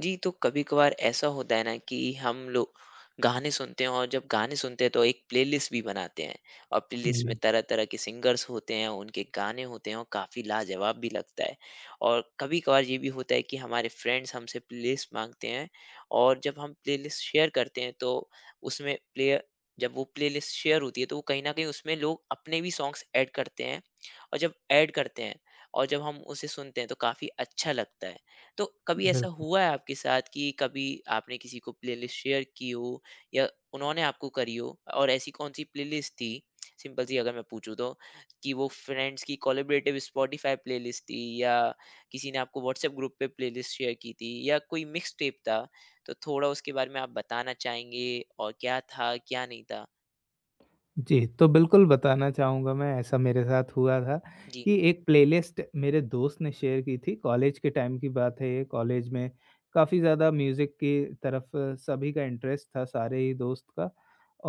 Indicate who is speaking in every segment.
Speaker 1: जी, तो कभी-कभार ऐसा होता है ना कि हम लोग गाने सुनते हैं और जब गाने सुनते हैं तो एक प्लेलिस्ट भी बनाते हैं और प्लेलिस्ट में
Speaker 2: जी,
Speaker 1: तरह-तरह के सिंगर्स होते हैं, उनके गाने होते हैं और काफ़ी लाजवाब भी लगता है। और कभी-कभार ये भी होता है कि हमारे फ्रेंड्स हमसे प्लेलिस्ट माँगते हैं और जब हम प्लेलिस्ट शेयर करते हैं तो उसमें प्लेयर जब वो प्लेलिस्ट शेयर होती है तो वो कहीं न कहीं उसमें लोग अपने भी सॉन्ग्स ऐड करते हैं और जब ऐड करते हैं और जब हम उसे सुनते हैं तो काफ़ी अच्छा लगता है। तो कभी ऐसा
Speaker 2: बिल्कुल।
Speaker 1: हुआ है आपके साथ कि कभी आपने किसी को प्लेलिस्ट शेयर की हो या उन्होंने आपको करी हो और ऐसी कौन सी प्लेलिस्ट थी सिंपल सी अगर मैं पूछूं तो कि वो फ्रेंड्स की कोलैबोरेटिव स्पॉटिफाई प्लेलिस्ट थी या किसी ने आपको व्हाट्सएप ग्रुप पे प्लेलिस्ट शेयर की थी या कोई मिक्स टेप था तो थोड़ा उसके बारे में आप बताना चाहेंगे और क्या था क्या नहीं था।
Speaker 2: जी, तो बिल्कुल बताना चाहूँगा मैं ऐसा मेरे साथ हुआ था
Speaker 1: जी।
Speaker 2: कि एक प्लेलिस्ट मेरे दोस्त ने शेयर की थी, कॉलेज के टाइम की बात है ये, कॉलेज में काफ़ी ज़्यादा म्यूज़िक की तरफ सभी का इंटरेस्ट था, सारे ही दोस्त का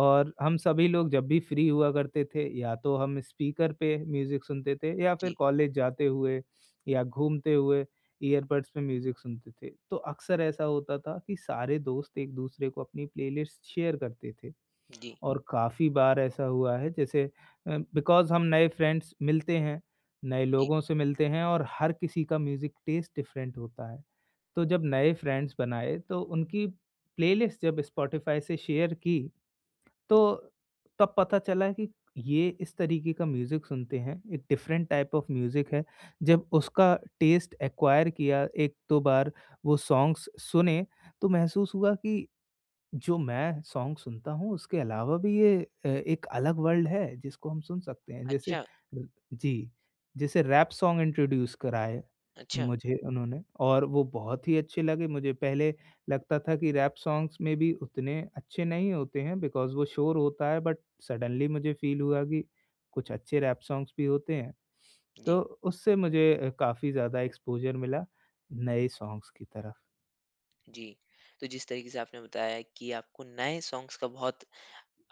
Speaker 2: और हम सभी लोग जब भी फ्री हुआ करते थे, या तो हम स्पीकर पे म्यूज़िक सुनते थे या फिर
Speaker 1: जी
Speaker 2: कॉलेज जाते हुए या घूमते हुए ईयरबड्स में म्यूज़िक सुनते थे। तो अक्सर ऐसा होता था कि सारे दोस्त एक-दूसरे को अपनी प्लेलिस्ट शेयर करते थे।
Speaker 1: जी
Speaker 2: और काफ़ी बार ऐसा हुआ है जैसे बिकॉज़ हम नए फ्रेंड्स मिलते हैं, नए
Speaker 1: जी
Speaker 2: लोगों से मिलते हैं और हर किसी का म्यूज़िक टेस्ट डिफरेंट होता है। तो जब नए फ्रेंड्स बनाए तो उनकी प्लेलिस्ट जब स्पॉटिफ़ाई से शेयर की तो
Speaker 1: जी
Speaker 2: तब पता चला कि ये इस तरीके का म्यूज़िक सुनते हैं, एक डिफरेंट टाइप ऑफ म्यूज़िक है। जब उसका टेस्ट एक्वायर किया 1-2 बार वो सॉन्ग्स सुने तो महसूस हुआ कि जो मैं सॉन्ग सुनता हूँ उसके अलावा भी ये एक अलग वर्ल्ड है जिसको हम सुन सकते हैं जैसे
Speaker 1: अच्छा।
Speaker 2: र जी, जैसे रैप सॉन्ग इंट्रोड्यूस कराए
Speaker 1: अच्छा
Speaker 2: मुझे उन्होंने और वो बहुत ही अच्छे लगे मुझे पहले लगता था कि रैप सॉन्ग्स में भी उतने अच्छे नहीं होते हैं बिकॉज़ वो शोर होता है बट सडनली मुझे फ़ील हुआ कि कुछ अच्छे रैप सॉन्ग्स भी होते हैं। तो
Speaker 1: जी।
Speaker 2: उससे मुझे काफ़ी ज़्यादा एक्सपोज़र मिला नए सॉन्ग्स की तरफ।
Speaker 1: जी तो जिस तरीके से आपने बताया कि आपको नए सॉन्ग्स का बहुत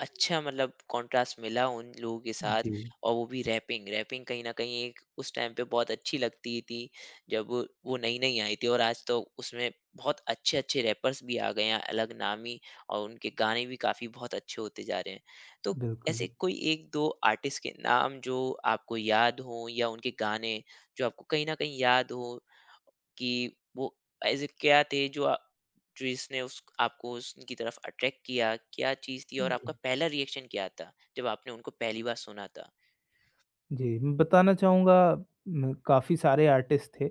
Speaker 1: अच्छा मतलब कॉन्ट्रास्ट मिला उन लोगों के साथ
Speaker 2: जी,
Speaker 1: और वो भी रैपिंग रैपिंग कहीं न कहीं एक उस टाइम पे बहुत अच्छी लगती थी, जब वो नई-नई आई थी और आज तो उसमें बहुत अच्छे-अच्छे रैपर्स भी आ गए हैं, अलग नामी और उनके गाने भी काफ़ी बहुत अच्छे होते जा रहे हैं। तो
Speaker 2: बिल्कुल।
Speaker 1: ऐसे कोई 1-2 आर्टिस्ट के नाम जो आपको याद हों या उनके गाने जो आपको कहीं न कहीं याद हों कि वो ऐसे क्या थे जो आ जो इसने उस आपको उनकी तरफ अट्रैक्ट किया, क्या चीज़ थी और आपका
Speaker 2: हुँ।
Speaker 1: पहला रिएक्शन क्या था, जब आपने उनको पहली बार सुना था?
Speaker 2: जी, मैं बताना चाहूँगा म काफ़ी सारे आर्टिस्ट थे।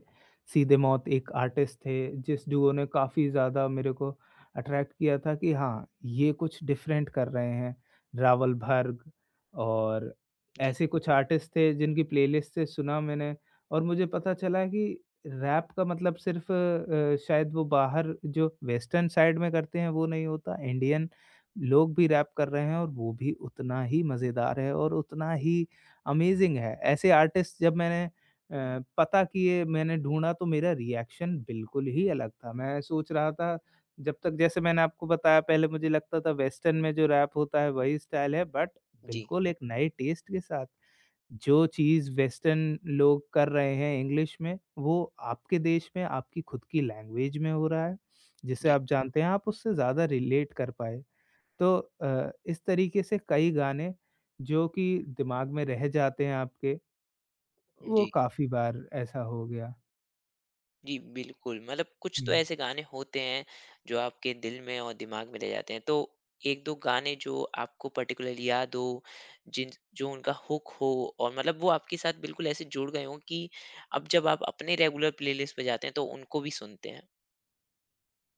Speaker 2: सीधे मौत एक आर्टिस्ट थे, जिस डुओ ने काफ़ी ज़्यादा मेरे को अट्रैक्ट किया था कि हाँ, ये कुछ डिफरेंट कर रहे हैं। रावल भर्ग और
Speaker 1: जी,
Speaker 2: ऐसे कुछ आर्टिस्ट थे जिनकी प्लेलिस्ट से सुना मैंने और मुझे पता चला कि रैप का मतलब सिर्फ़ शायद वो बाहर जो वेस्टर्न साइड में करते हैं वो नहीं होता। इंडियन लोग भी रैप कर रहे हैं और वो भी उतना ही मज़ेदार है और उतना ही अमेज़िंग है। ऐसे आर्टिस्ट जब मैंने अ, पता किए मैंने ढूँढा तो मेरा रिएक्शन बिल्कुल ही अलग था। मैं सोच रहा था जब तक जैसे मैंने आपको बताया पहले मुझे लगता था वेस्टर्न में जो रैप होता है वही स्टाइल है बट
Speaker 1: जी,
Speaker 2: बिल्कुल एक नए टेस्ट के साथ जो चीज़ वेस्टर्न लोग कर रहे हैं इंग्लिश में वो आपके देश में आपकी खुद की लैंग्वेज में हो रहा है। जिसे
Speaker 1: जी,
Speaker 2: आप जानते हैं आप उससे ज़्यादा रिलेट कर पाए। तो इस तरीके से कई गाने जो कि दिमाग में रह जाते हैं आपके, वो
Speaker 1: जी,
Speaker 2: काफ़ी बार ऐसा हो गया।
Speaker 1: जी, बिल्कुल, मतलब कुछ तो
Speaker 2: हुँ।
Speaker 1: ऐसे गाने होते हैं, जो आपके दिल में और दिमाग में रह जाते हैं, तो 1-2 गाने जो आपको पर्टिकुलर याद हो, जिन जो उनका हुक हो और मतलब वो आपके साथ बिल्कुल ऐसे जुड़ गए हों कि अब जब आप अपने रेगुलर प्लेलिस्ट पे जाते हैं, तो उनको भी सुनते हैं?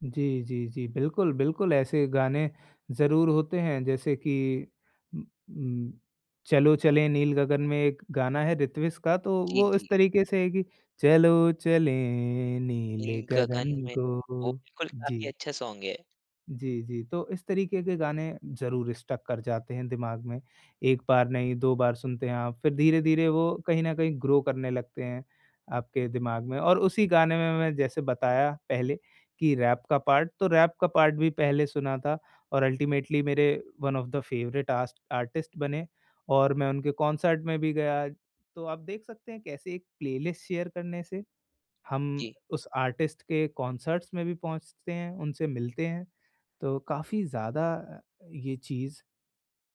Speaker 2: जी, जी, जी, बिल्कुल, बिल्कुल ऐसे गाने ज़रूर होते हैं जैसे कि उम उम, चलो चलें नील गगन में एक गाना है ऋत्विज का तो
Speaker 1: जी,
Speaker 2: वो
Speaker 1: जी।
Speaker 2: इस तरीके से है कि चलो चलें नील
Speaker 1: नील गगन
Speaker 2: गगन
Speaker 1: में, वो
Speaker 2: को।
Speaker 1: बिल्कुल
Speaker 2: जी।
Speaker 1: काफ़ी अच्छा सॉन्ग है।
Speaker 2: जी, जी। तो इस तरीके के गाने ज़रूर स्टक कर जाते हैं दिमाग में। 1 बार नहीं, 2 बार सुनते हैं आप, फिर धीरे-धीरे वो कहीं न कहीं ग्रो करने लगते हैं आपके दिमाग में। और उसी गाने में मैं जैसे बताया पहले कि रैप का पार्ट, तो रैप का पार्ट भी पहले सुना था और अल्टीमेटली मेरे वन ऑफ़ द फ़ेवरेट आस्ट आर्टिस्ट बने और मैं उनके कॉन्सर्ट में भी गया। तो आप देख सकते हैं कैसे एक प्लेलिस्ट शेयर करने से हम
Speaker 1: जी,
Speaker 2: उस आर्टिस्ट के कॉन्सर्ट्स में भी पहुँचते हैं, उनसे मिलते हैं, तो काफ़ी ज़्यादा ये चीज़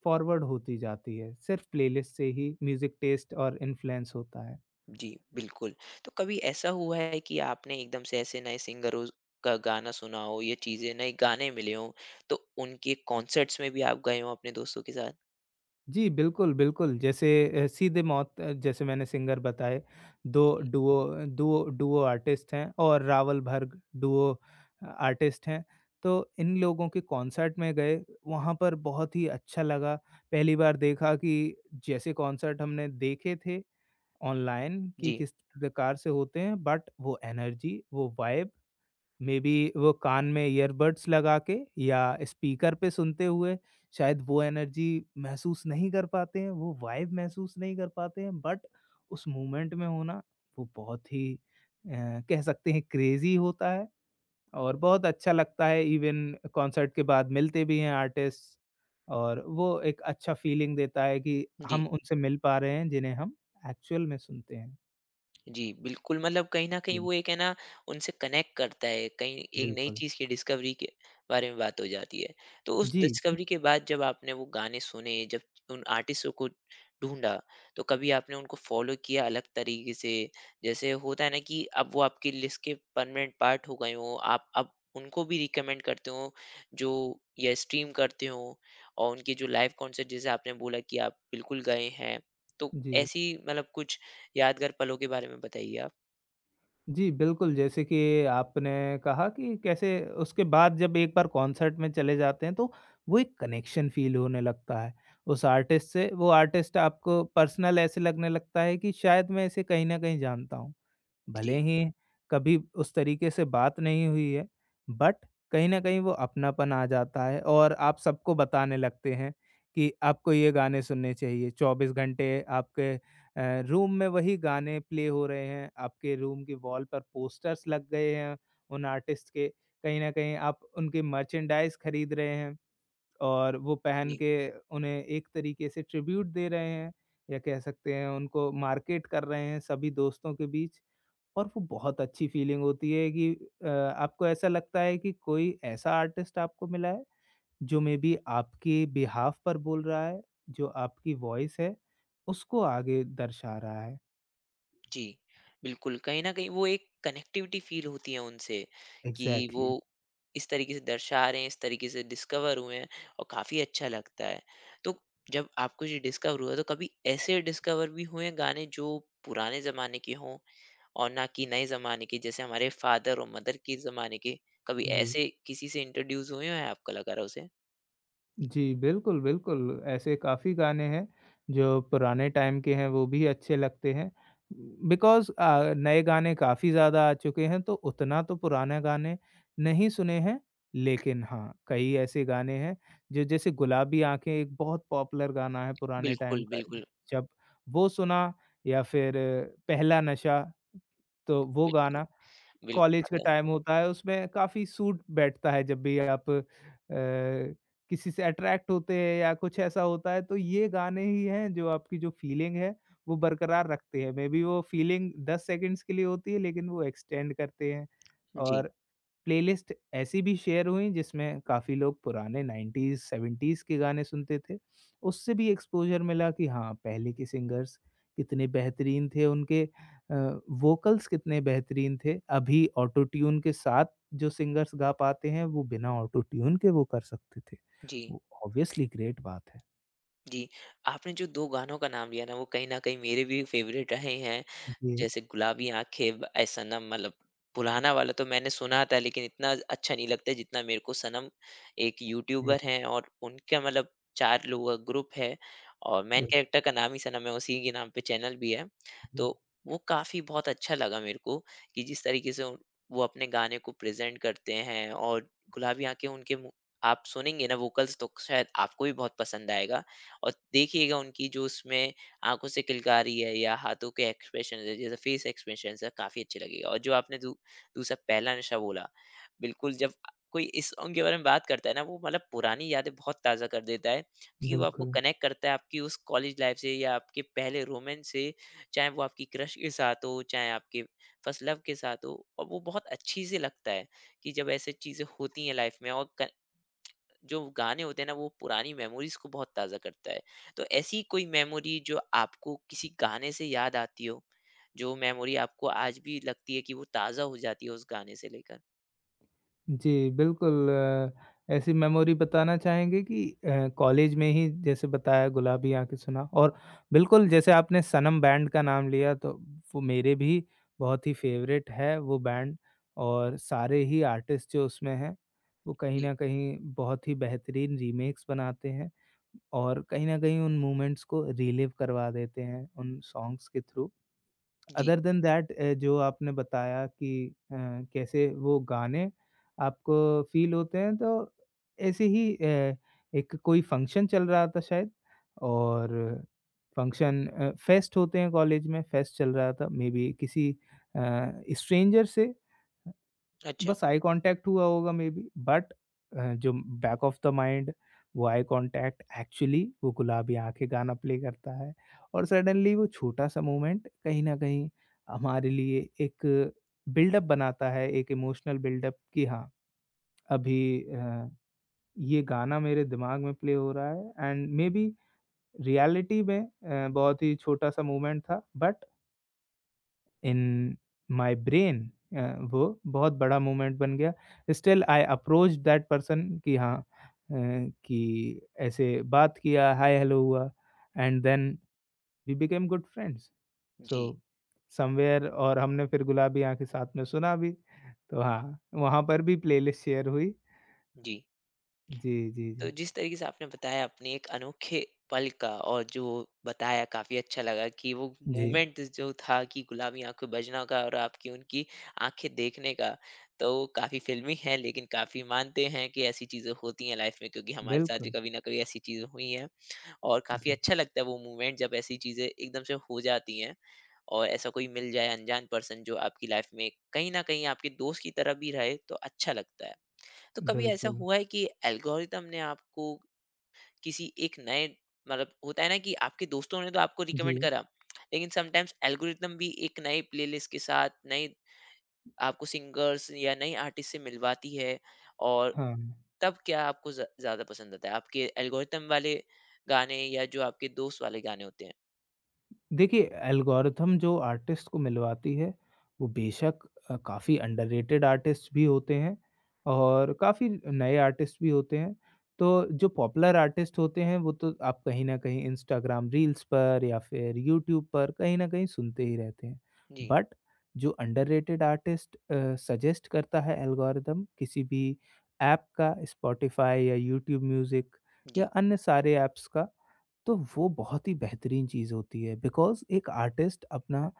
Speaker 2: फॉरवर्ड होती जाती है। सिर्फ़ प्लेलिस्ट से ही म्यूज़िक टेस्ट और इन्फ्लुएंस होता है।
Speaker 1: जी, बिल्कुल। तो कभी ऐसा हुआ है कि आपने एकदम से ऐसे नए सिंगरों का गाना सुना हो या चीज़ें नए गाने मिले हों, तो उनके कॉन्सर्ट्स में भी आप गए हों अपने दोस्तों के साथ?
Speaker 2: जी, बिल्कुल, बिल्कुल। जैसे सीधे मौत जैसे मैंने सिंगर बताए, 2 duo uh, duo duo artist हैं और रावल भर्ग डुओ आर्टिस्ट हैं। तो इन लोगों के कॉन्सर्ट में गए, वहाँ पर बहुत ही अच्छा लगा। पहली बार देखा कि जैसे कॉन्सर्ट हमने देखे थे ऑनलाइन कि
Speaker 1: जी,
Speaker 2: किस प्रकार से होते हैं, बट वो एनर्जी, वो वाइब मे बी वो कान में ईयरबड्स लगा के या स्पीकर पे सुनते हुए शायद वो एनर्जी महसूस नहीं कर पाते हैं, वो वाइब महसूस नहीं कर पाते हैं बट उस मोमेंट में होना वो बहुत ही कह सकते हैं क्रेज़ी होता है और बहुत अच्छा लगता है इवन कॉन्सर्ट के बाद मिलते भी हैं आर्टिस्ट और वो एक अच्छा फीलिंग देता है कि
Speaker 1: जी।
Speaker 2: हम उनसे मिल पा रहे हैं जिन्हें हम एक्चुअल में सुनते हैं।
Speaker 1: जी, बिल्कुल, मतलब कहीं न कहीं
Speaker 2: जी।
Speaker 1: वो एक है ना, उनसे कनेक्ट करता है, कहीं एक नई
Speaker 2: बिल्कुल।
Speaker 1: चीज़ की डिस्कवरी के बारे में बात हो जाती है। तो उस
Speaker 2: जी, बिल
Speaker 1: डिस्कवरी के बाद जब आपने वो गाने सुने, जब उन आर्टिस्टों को ढूँढा, तो कभी आपने उनको फ़ॉलो किया अलग तरीके से? जैसे होता है ना कि अब वो आपकी लिस्ट के परमानेंट पार्ट हो गए हों, आप अब उनको भी रिकमेंड करते हो जो या स्ट्रीम करते हो और उनके जो लाइव कॉन्सर्ट जैसे आपने बोला कि आप बिल्कुल गए हैं। तो
Speaker 2: जी।
Speaker 1: ऐसी मतलब कुछ यादगार पलों के बारे में बताइए आप?
Speaker 2: जी, बिल्कुल, जैसे कि आपने कहा कि कैसे उसके बाद जब एक बार कॉन्सर्ट में चले जाते हैं, तो वो एक कनेक्शन फ़ील होने लगता है उस आर्टिस्ट से। वो आर्टिस्ट आपको पर्सनल ऐसे लगने लगता है कि शायद मैं इसे कहीं न कहीं जानता हूँ। भले
Speaker 1: जी,
Speaker 2: ही कभी उस तरीके से बात नहीं हुई है, बट कहीं न कहीं वो अपनापन आ जाता है और आप सबको बताने लगते हैं कि आपको ये गाने सुनने चाहिए। 24 घंटे आपके रूम में वही गाने प्ले हो रहे हैं, आपके रूम की वॉल पर पोस्टर्स लग गए हैं उन आर्टिस्ट के। कहीं न कहीं आप उनकी मर्चेंडाइज़ खरीद रहे हैं और वो पहन
Speaker 1: जी,
Speaker 2: के उन्हें एक तरीके से ट्रिब्यूट दे रहे हैं या कह सकते हैं उनको मार्केट कर रहे हैं सभी दोस्तों के बीच। और वो बहुत अच्छी फीलिंग होती है कि आपको ऐसा लगता है कि कोई ऐसा आर्टिस्ट आपको मिला है, जो मेबी आपके बिहाफ़ पर बोल रहा है, जो आपकी वॉइस है, उसको आगे दर्शा रहा है।
Speaker 1: जी। बिल्कुल, कहीं न कहीं वो एक कनेक्टिविटी फ़ील होती है उनसे, कि वो
Speaker 2: एग्ज़ैक्टली,
Speaker 1: इस तरीके से दर्शा रहे हैं, इस तरीके से डिस्कवर हुए हैं और काफ़ी अच्छा लगता है। तो जब आपको ये डिस्कवर हुआ तो कभी ऐसे डिस्कवर भी हुए हैं गाने जो पुराने ज़माने के हों और ना कि नए ज़माने के, जैसे हमारे फ़ादर और मदर के ज़माने के, कभी
Speaker 2: जी।
Speaker 1: ऐसे किसी से इंट्रोड्यूस हुए हैं आप कलाकारों से?
Speaker 2: जी, बिल्कुल, बिल्कुल। ऐसे काफ़ी गाने हैं जो पुराने टाइम के हैं, वो भी अच्छे लगते हैं। बिकॉज़ नए गाने काफ़ी ज़्यादा आ चुके हैं, तो उतना तो पुराने गाने नहीं सुने हैं। लेकिन हाँ, कई ऐसे गाने हैं जो जैसे गुलाबी आँखें एक बहुत पॉपुलर गाना है पुराने टाइम
Speaker 1: बिल्कुल,
Speaker 2: का।
Speaker 1: बिल्कुल,
Speaker 2: जब वो सुना या फिर पहला नशा तो वो
Speaker 1: बिल्कुल,
Speaker 2: गाना
Speaker 1: बिल्कुल,
Speaker 2: कॉलेज का
Speaker 1: मतलब
Speaker 2: टाइम होता है, उसमें काफ़ी सूट बैठता है जब भी आप किसी से अट्रैक्ट होते हैं या कुछ ऐसा होता है, तो ये गाने ही हैं जो आपकी जो फीलिंग है, वो बरकरार रखते हैं। मेबी वो फीलिंग 10 सेकंड्स के लिए होती है, लेकिन वो एक्सटेंड करते हैं
Speaker 1: जी,
Speaker 2: और प्लेलिस्ट ऐसी भी शेयर हुई जिसमें काफ़ी लोग पुराने 90s 70s के गाने सुनते थे। उससे भी एक्सपोज़र मिला कि हाँ, पहले के सिंगर्स कितने बेहतरीन थे, उनके अ, वोकल्स कितने बेहतरीन थे। अभी ऑटो ट्यून के साथ जो सिंगर्स गा पाते हैं, वो बिना ऑटो ट्यून के वो कर सकते थे।
Speaker 1: जी।
Speaker 2: वो ऑब्वियसली ग्रेट बात है।
Speaker 1: जी, आपने जो 2 गानों का नाम लिया ना, वो कहीं न कहीं मेरे भी फ़ेवरेट रहे हैं।
Speaker 2: जी,
Speaker 1: जैसे गुलाबी आँखें ब ए सनम मतलब पुराना वाला तो मैंने सुना था लेकिन इतना अच्छा नहीं लगता है जितना मेरे को सनम एक
Speaker 2: जी,
Speaker 1: यूट्यूबर हैं और उनका मतलब 4 लोगों का ग्रुप है और मेन
Speaker 2: बिल्कुल,
Speaker 1: कैरेक्टर का नाम ही सनम है, उसी के नाम पे चैनल भी है। तो वो काफ़ी बहुत अच्छा लगा मेरे को कि जिस तरीके से वो अपने गाने को प्रेज़ेंट करते हैं और गुलाबी आँखें उनके मुँह आप सुनेंगे ना वोकल्स तो शायद आपको भी बहुत पसंद आएगा और देखिएगा उनकी जो उसमें आँखों से किलकारी है या हाथों के एक्सप्रेशन है जैसे फेस एक्सप्रेशन है काफी अच्छे लगेगा और जो आपने दूसरा पहला नशा बोला, बिल्कुल जब कोई इस सॉन्ग के बारे में बात करता है ना, वो मतलब पुरानी यादें बहुत ताज़ा कर देता है क्योंकि वो आपको
Speaker 2: बिल्कुल।
Speaker 1: कनेक्ट करता है आपकी उस कॉलेज लाइफ से या आपके पहले रोमांस से, चाहे वो आपकी क्रश के साथ हो चाहे आपके फर्स्ट लव के साथ हो और वो बहुत अच्छी से लगता है कि जब ऐसे चीज़ें होती हैं लाइफ में और जो गाने होते हैं ना वो पुरानी मेमोरीज को बहुत ताज़ा करता है। तो ऐसी कोई मेमोरी जो आपको किसी गाने से याद आती हो? जो मेमोरी आपको आज भी लगती है कि वो ताज़ा हो जाती है उस गाने से लेकर?
Speaker 2: जी, बिल्कुल ऐसी मेमोरी बताना चाहेंगे कि कॉलेज में ही जैसे बताया गुलाबी आँखें सुना और बिल्कुल जैसे आपने सनम बैंड का नाम लिया तो वो मेरे भी बहुत ही फ़ेवरेट है वो बैंड और सारे ही आर्टिस्ट जो उसमें हैं, वो कहीं
Speaker 1: जी,
Speaker 2: न कहीं बहुत ही बेहतरीन रीमेक्स बनाते हैं और कहीं न कहीं उन मोमेंट्स को रिलिव करवा देते हैं उन सॉन्ग्स के थ्रू।
Speaker 1: जी।
Speaker 2: अदर देन दैट जो आपने बताया कि कैसे वो गाने आपको फ़ील होते हैं, तो ऐसे ही एक कोई फ़ंक्शन चल रहा था शायद और फ़ंक्शन फेस्ट होते हैं कॉलेज में, फेस्ट चल रहा था, मे बी किसी अ, स्ट्रेंजर से
Speaker 1: अच्छा।
Speaker 2: बस आई कॉन्टैक्ट हुआ होगा मे बी बट जो बैक ऑफ द माइंड वो आई कॉन्टैक्ट एक्चुअली वो गुलाबी आंखें गाना प्ले करता है और सडनली वो छोटा सा मोमेंट कहीं ना कहीं हमारे लिए एक बिल्डअप बनाता है एक इमोशनल बिल्डअप कि हाँ अभी ये गाना मेरे दिमाग में प्ले हो रहा है एंड मे बी रियलिटी में बहुत ही छोटा सा मोमेंट था but in my brain uh, वो बहुत बड़ा मूवमेंट बन गया। Still I approached that person कि हाँ कि ऐसे बात किया, हाय हेलो हुआ and then we became good friends.
Speaker 1: जी,
Speaker 2: सो समव्हेयर और हमने फिर गुलाबी आँखें साथ में सुना भी। तो हाँ, वहाँ पर भी प्लेलिस्ट शेयर हुई।
Speaker 1: जी।
Speaker 2: जी, जी,
Speaker 1: तो
Speaker 2: जी।
Speaker 1: जिस तरीके से आपने बताया अपने एक अनोखे पल का और जो बताया काफी अच्छा लगा कि वो
Speaker 2: जी,
Speaker 1: मोमेंट जो था कि गुलाबी आंखें बजना का और आपकी उनकी आंखें देखने का, तो वो काफी फिल्मी है लेकिन काफी मानते हैं कि ऐसी चीजें होती हैं लाइफ में क्योंकि हमारे साथ भी
Speaker 2: बिल्कुल।
Speaker 1: कभी ना कभी ऐसी चीजें हुई हैं और काफी
Speaker 2: जी,
Speaker 1: अच्छा लगता है वो मोमेंट जब ऐसी चीजें एकदम से हो जाती हैं और ऐसा कोई मिल जाए अनजान पर्सन जो आपकी लाइफ में कहीं ना कहीं आपके दोस्त की तरह भी रहे तो अच्छा लगता है। तो कभी ऐसा
Speaker 2: बिल्कुल।
Speaker 1: हुआ है कि एल्गोरिदम ने आपको किसी एक नए, मतलब होता है ना कि आपके दोस्तों ने तो आपको रिकमेंड
Speaker 2: जी,
Speaker 1: करा लेकिन समटाइम्स एल्गोरिदम भी एक नए प्लेलिस्ट के साथ नए आपको सिंगर्स या नए आर्टिस्ट से मिलवाती है और
Speaker 2: हाँ।
Speaker 1: तब क्या आपको ज्यादा पसंद आता है आपके एल्गोरिदम वाले गाने या जो आपके दोस्त वाले गाने होते हैं?
Speaker 2: देखिए, एल्गोरिथम जो आर्टिस्ट को मिलवाती है, वो बेशक काफ़ी अंडररेटेड आर्टिस्ट भी होते हैं और काफ़ी नए आर्टिस्ट भी होते हैं। तो जो पॉपुलर आर्टिस्ट होते हैं, वो तो आप कहीं न कहीं इंस्टाग्राम रील्स पर या फिर यूट्यूब पर कहीं न कहीं सुनते ही रहते हैं।
Speaker 1: जी
Speaker 2: बट जो अंडररेटेड आर्टिस्ट सजेस्ट करता है एल्गोरिथम किसी भी ऐप का, स्पॉटिफ़ाई या यूट्यूब म्यूज़िक या
Speaker 1: जी
Speaker 2: अन्य सारे ऐप्स का, तो वो बहुत ही बेहतरीन चीज़ होती है बिकॉज़ एक आर्टिस्ट अपना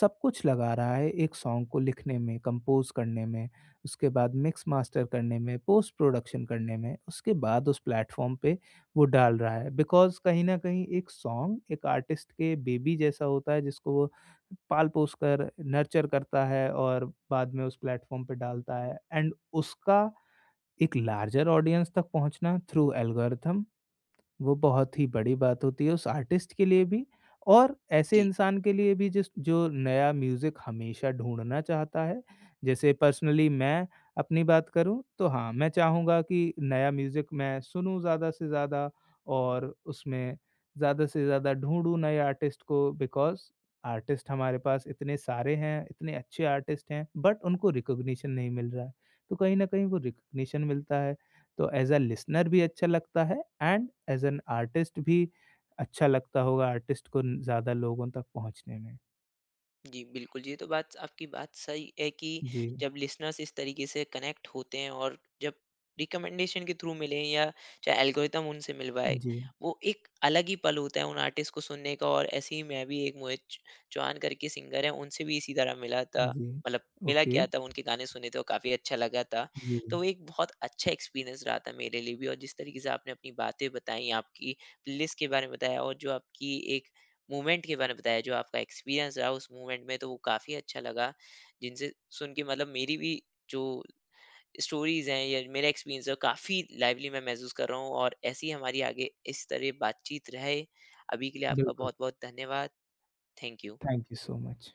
Speaker 2: सब कुछ लगा रहा है एक सॉन्ग को लिखने में, कंपोज़ करने में, उसके बाद मिक्स मास्टर करने में, पोस्ट प्रोडक्शन करने में, उसके बाद उस प्लेटफ़ॉर्म पे वो डाल रहा है। बिकॉज़ कहीं न कहीं एक सॉन्ग एक आर्टिस्ट के बेबी जैसा होता है जिसको वो पाल-पोस कर नर्चर करता है और बाद में उस प्लेटफ़ॉर्म पे डालता है एंड उसका एक लार्जर ऑडियंस तक पहुँचना थ्रू एल्गोरिथम वो बहुत ही बड़ी बात होती है उस आर्टिस्ट के लिए भी और ऐसे
Speaker 1: जी
Speaker 2: इंसान के लिए भी जिस जो नया म्यूज़िक हमेशा ढूँढना चाहता है। जैसे पर्सनली मैं अपनी बात करूँ तो हाँ, मैं चाहूँगा कि नया म्यूज़िक मैं सुनूँ ज़्यादा से ज़्यादा और उसमें ज़्यादा से ज़्यादा ढूँढूँ नए आर्टिस्ट को बिकॉज़ आर्टिस्ट हमारे पास इतने सारे हैं, इतने अच्छे आर्टिस्ट हैं बट उनको रिकॉग्निशन नहीं मिल रहा है। तो कहीं न कहीं वो रिकॉग्निशन मिलता है तो एज़ अ लिसनर भी अच्छा लगता है एंड एज़ एन आर्टिस्ट भी अच्छा लगता होगा आर्टिस्ट को न ज़्यादा लोगों तक पहुँचने में।
Speaker 1: जी, बिल्कुल। ये तो बात आपकी बात सही है कि
Speaker 2: जी,
Speaker 1: जब लिसनर्स इस तरीके से कनेक्ट होते हैं और जब रिकमेंडेशन के थ्रू मिले या चाहे एल्गोरिदम उनसे मिलवाए,
Speaker 2: जी,
Speaker 1: वो एक अलग ही पल होता है उन आर्टिस्ट को सुनने का। और ऐसे ही मैं भी एक मोहित च चौहान करके सिंगर हैं, उनसे भी इसी तरह मिला था।
Speaker 2: जी।
Speaker 1: मतलब मिला
Speaker 2: ओके,
Speaker 1: क्या था, उनके गाने सुने थे और काफ़ी अच्छा लगा था।
Speaker 2: जी,
Speaker 1: तो वो एक बहुत अच्छा एक्सपीरियंस रहा था मेरे लिए भी और जिस तरीके से आपने अपनी बातें बताई, आपकी प्लेलिस्ट के बारे में बताया और जो आपकी एक मूवमेंट के बारे में बताया, जो आपका एक्सपीरियंस रहा उस मूवमेंट में, तो वो काफ़ी अच्छा लगा। जिनसे सुन के मतलब मेरी भी जो स्टोरीज़ हैं या मेरा एक्सपीरियंस है, काफ़ी लाइवली मैं महसूस कर रहा हूँ और ऐसी ही हमारी आगे इस तरह बातचीत रहे। अभी के लिए आपका
Speaker 2: बिल्कुल।
Speaker 1: बहुत-बहुत धन्यवाद। Thank you.
Speaker 2: Thank you so much.